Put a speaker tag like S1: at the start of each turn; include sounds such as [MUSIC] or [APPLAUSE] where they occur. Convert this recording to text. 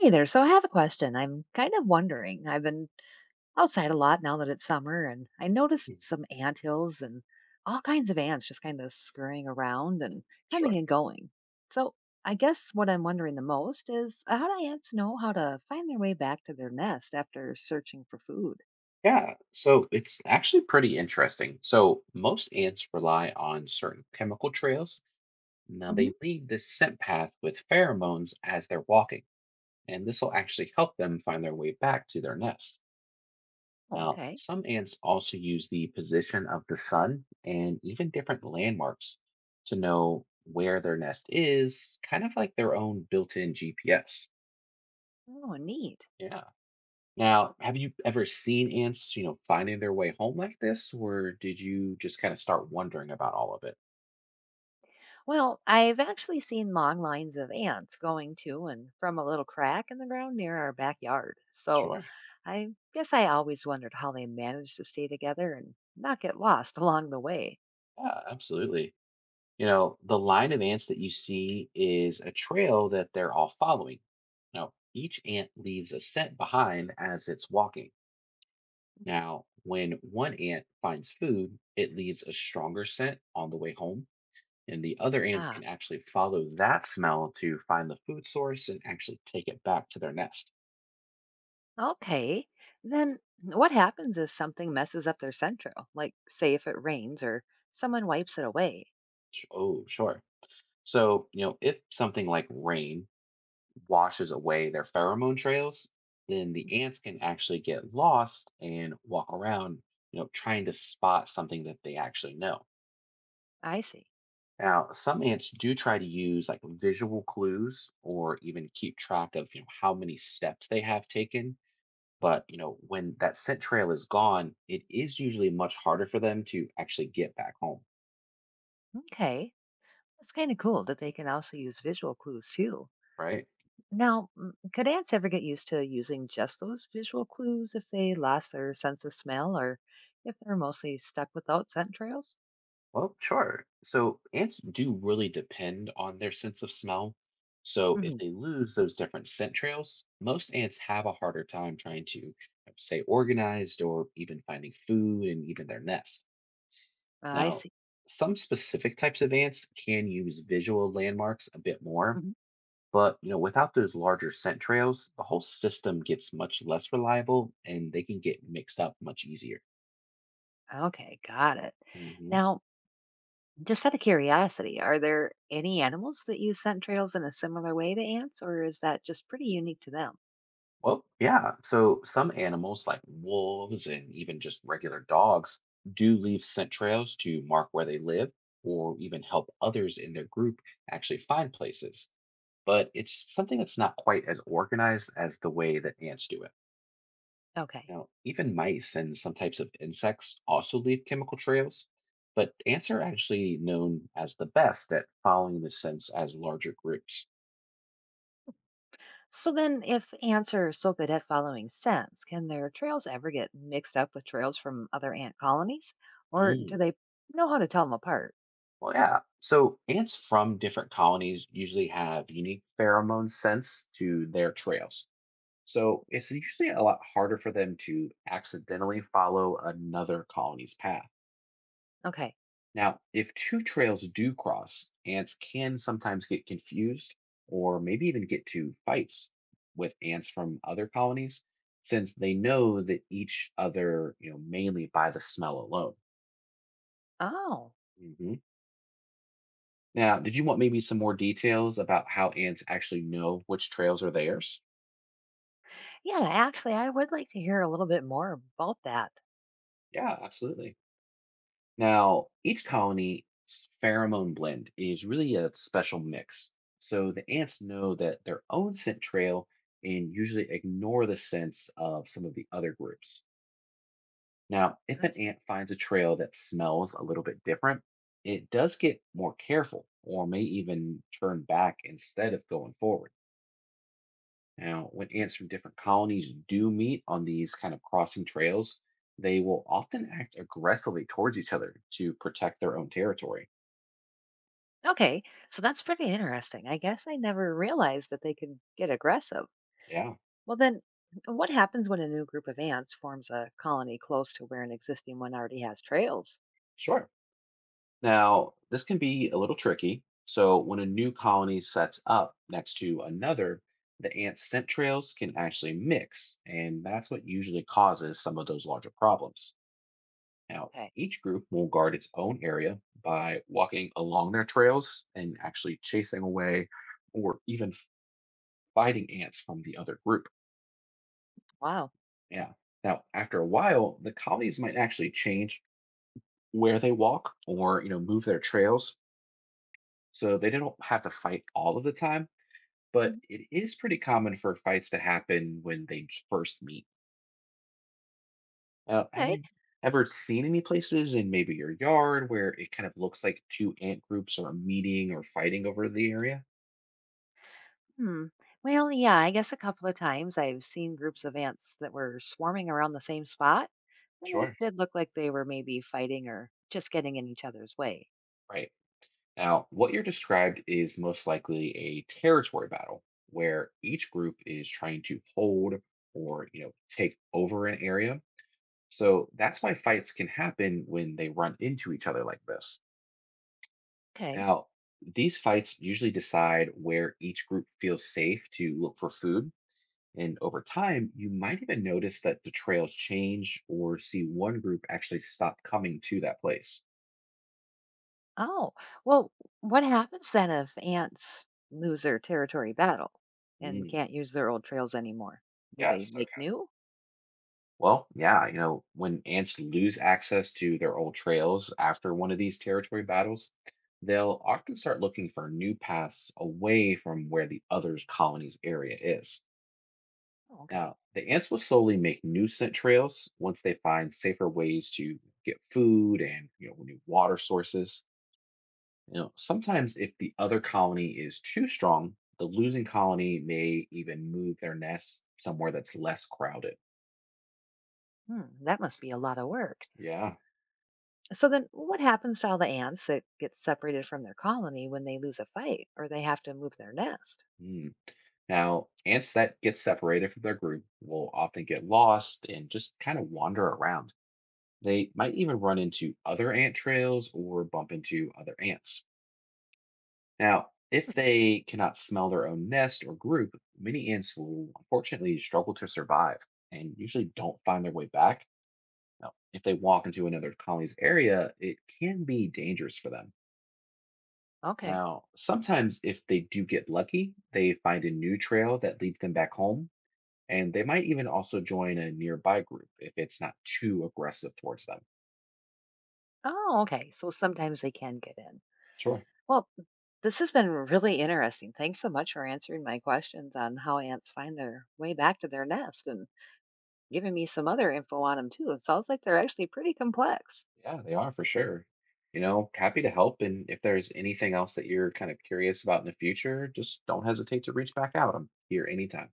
S1: Hey there. So I have a question. I'm kind of wondering. I've been outside a lot now that it's summer, and I
S2: Hmm.
S1: noticed some ant hills and all kinds of ants just kind of scurrying around and
S2: Sure.
S1: coming and going. So I guess what I'm wondering the most is, how do ants know how to find their way back to their nest after searching for food?
S2: Yeah, so it's actually pretty interesting. So most ants rely on certain chemical trails. Now
S1: Hmm.
S2: they leave this scent path with pheromones as they're walking, and this will actually help them find their way back to their nest.
S1: Oh,
S2: Now,
S1: okay.
S2: some ants also use the position of the sun and even different landmarks to know where their nest is, kind of like their own built-in GPS.
S1: Oh, neat.
S2: Yeah. Now, have you ever seen ants, finding their way home like this, or did you just kind of start wondering about all of it?
S1: Well, I've actually seen long lines of ants going to and from a little crack in the ground near our backyard. So
S2: Sure.
S1: I guess I always wondered how they managed to stay together and not get lost [LAUGHS] along the way.
S2: Yeah, absolutely. You know, the line of ants that you see is a trail that they're all following. Now, each ant leaves a scent behind as it's walking. Now, when one ant finds food, it leaves a stronger scent on the way home, and the other ants
S1: Ah,
S2: can actually follow that smell to find the food source and actually take it back to their nest.
S1: okay. Then what happens if something messes up their central? Like, say, if it rains or someone wipes it away?
S2: Oh, sure. So, you know, if something like rain washes away their pheromone trails, then the ants can actually get lost and walk around, trying to spot something that they actually know.
S1: I see.
S2: Now, some ants do try to use like visual clues or even keep track of, how many steps they have taken. But, you know, when that scent trail is gone, it is usually much harder for them to actually get back home,
S1: Okay. It's kind of cool that they can also use visual clues too.
S2: right?
S1: Now, could ants ever get used to using just those visual clues if they lost their sense of smell or if they're mostly stuck without scent trails?
S2: Well, sure. So ants do really depend on their sense of smell. So if
S1: Hmm.
S2: they lose those different scent trails, most ants have a harder time trying to stay organized or even finding food and even their nest.
S1: I
S2: Now,
S1: see.
S2: some specific types of ants can use visual landmarks a bit more,
S1: Mm-hmm.
S2: but without those larger scent trails, the whole system gets much less reliable and they can get mixed up much easier.
S1: Okay, got it.
S2: Mhm.
S1: Now, just out of curiosity, are there any animals that use scent trails in a similar way to ants, or is that just pretty unique to them?
S2: Well, yeah. So some animals, like wolves and even just regular dogs, do leave scent trails to mark where they live or even help others in their group actually find places. But it's something that's not quite as organized as the way that ants do it.
S1: Okay.
S2: Now, even mice and some types of insects also leave chemical trails, but ants are actually known as the best at following the scents as larger groups.
S1: So then, if ants are so good at following scents, can their trails ever get mixed up with trails from other ant colonies? Or do
S2: Mm.
S1: they know how to tell them apart?
S2: Well, yeah. So ants from different colonies usually have unique pheromone scents to their trails. So it's usually a lot harder for them to accidentally follow another colony's path.
S1: Okay.
S2: Now, if two trails do cross, ants can sometimes get confused or maybe even get to fights with ants from other colonies since they know that each other, mainly by the smell alone.
S1: Oh,
S2: Mhm. Now, did you want maybe some more details about how ants actually know which trails are theirs?
S1: yeah, actually, I would like to hear a little bit more about that.
S2: Yeah, absolutely. Now, each colony's pheromone blend is really a special mix. So the ants know that their own scent trail and usually ignore the scents of some of the other groups. Now, if
S1: I
S2: an
S1: see.
S2: ant finds a trail that smells a little bit different, it does get more careful or may even turn back instead of going forward. Now, when ants from different colonies do meet on these kind of crossing trails, they will often act aggressively towards each other to protect their own territory.
S1: Okay, so that's pretty interesting. I guess I never realized that they could get aggressive.
S2: Yeah,
S1: Well, then, what happens when a new group of ants forms a colony close to where an existing one already has trails?
S2: sure. Now, this can be a little tricky. So, when a new colony sets up next to another, the ant scent trails can actually mix, and that's what usually causes some of those larger problems. Now,
S1: Okay.
S2: each group will guard its own area by walking along their trails and actually chasing away or even fighting ants from the other group.
S1: Wow.
S2: Yeah. Now, after a while, the colonies might actually change where they walk or, move their trails. So they don't have to fight all of the time, but
S1: Mhm.
S2: it is pretty common for fights to happen when they first meet. Have
S1: Okay.
S2: you ever seen any places in maybe your yard where it kind of looks like two ant groups are meeting or fighting over the area?
S1: Hmm. Well, yeah, I guess a couple of times I've seen groups of ants that were swarming around the same spot, and it
S2: Sure.
S1: did look like they were maybe fighting or just getting in each other's way.
S2: Right. Now, what you're described is most likely a territory battle where each group is trying to hold or, take over an area. So that's why fights can happen when they run into each other like this.
S1: Okay.
S2: Now, these fights usually decide where each group feels safe to look for food. And over time, you might even notice that the trails change or see one group actually stop coming to that place.
S1: Oh, well, what happens then if ants lose their territory battle and
S2: Mm,
S1: can't use their old trails anymore? Do they
S2: yes.
S1: make
S2: Okay.
S1: new?
S2: Well, yeah, when ants lose access to their old trails after one of these territory battles, they'll often start looking for new paths away from where the other colony's area is.
S1: Oh, okay.
S2: Now, the ants will slowly make new scent trails once they find safer ways to get food and, new water sources. You know, sometimes if the other colony is too strong, the losing colony may even move their nest somewhere that's less crowded.
S1: Hmm, that must be a lot of work.
S2: Yeah.
S1: So then what happens to all the ants that get separated from their colony when they lose a fight or they have to move their nest?
S2: Hmm. Now, ants that get separated from their group will often get lost and just kind of wander around. They might even run into other ant trails or bump into other ants. Now, if
S1: Hmm,
S2: they cannot smell their own nest or group, many ants will unfortunately struggle to survive and usually don't find their way back. Now, if they walk into another colony's area, it can be dangerous for them.
S1: okay.
S2: Now, sometimes if they do get lucky, they find a new trail that leads them back home and they might even also join a nearby group if it's not too aggressive towards them.
S1: Oh, okay. So sometimes they can get in.
S2: Sure.
S1: Well, this has been really interesting. Thanks so much for answering my questions on how ants find their way back to their nest and giving me some other info on them too. It sounds like they're actually pretty complex.
S2: Yeah, they are for sure. You know, happy to help. And if there's anything else that you're kind of curious about in the future, just don't hesitate to reach back out. I'm here anytime.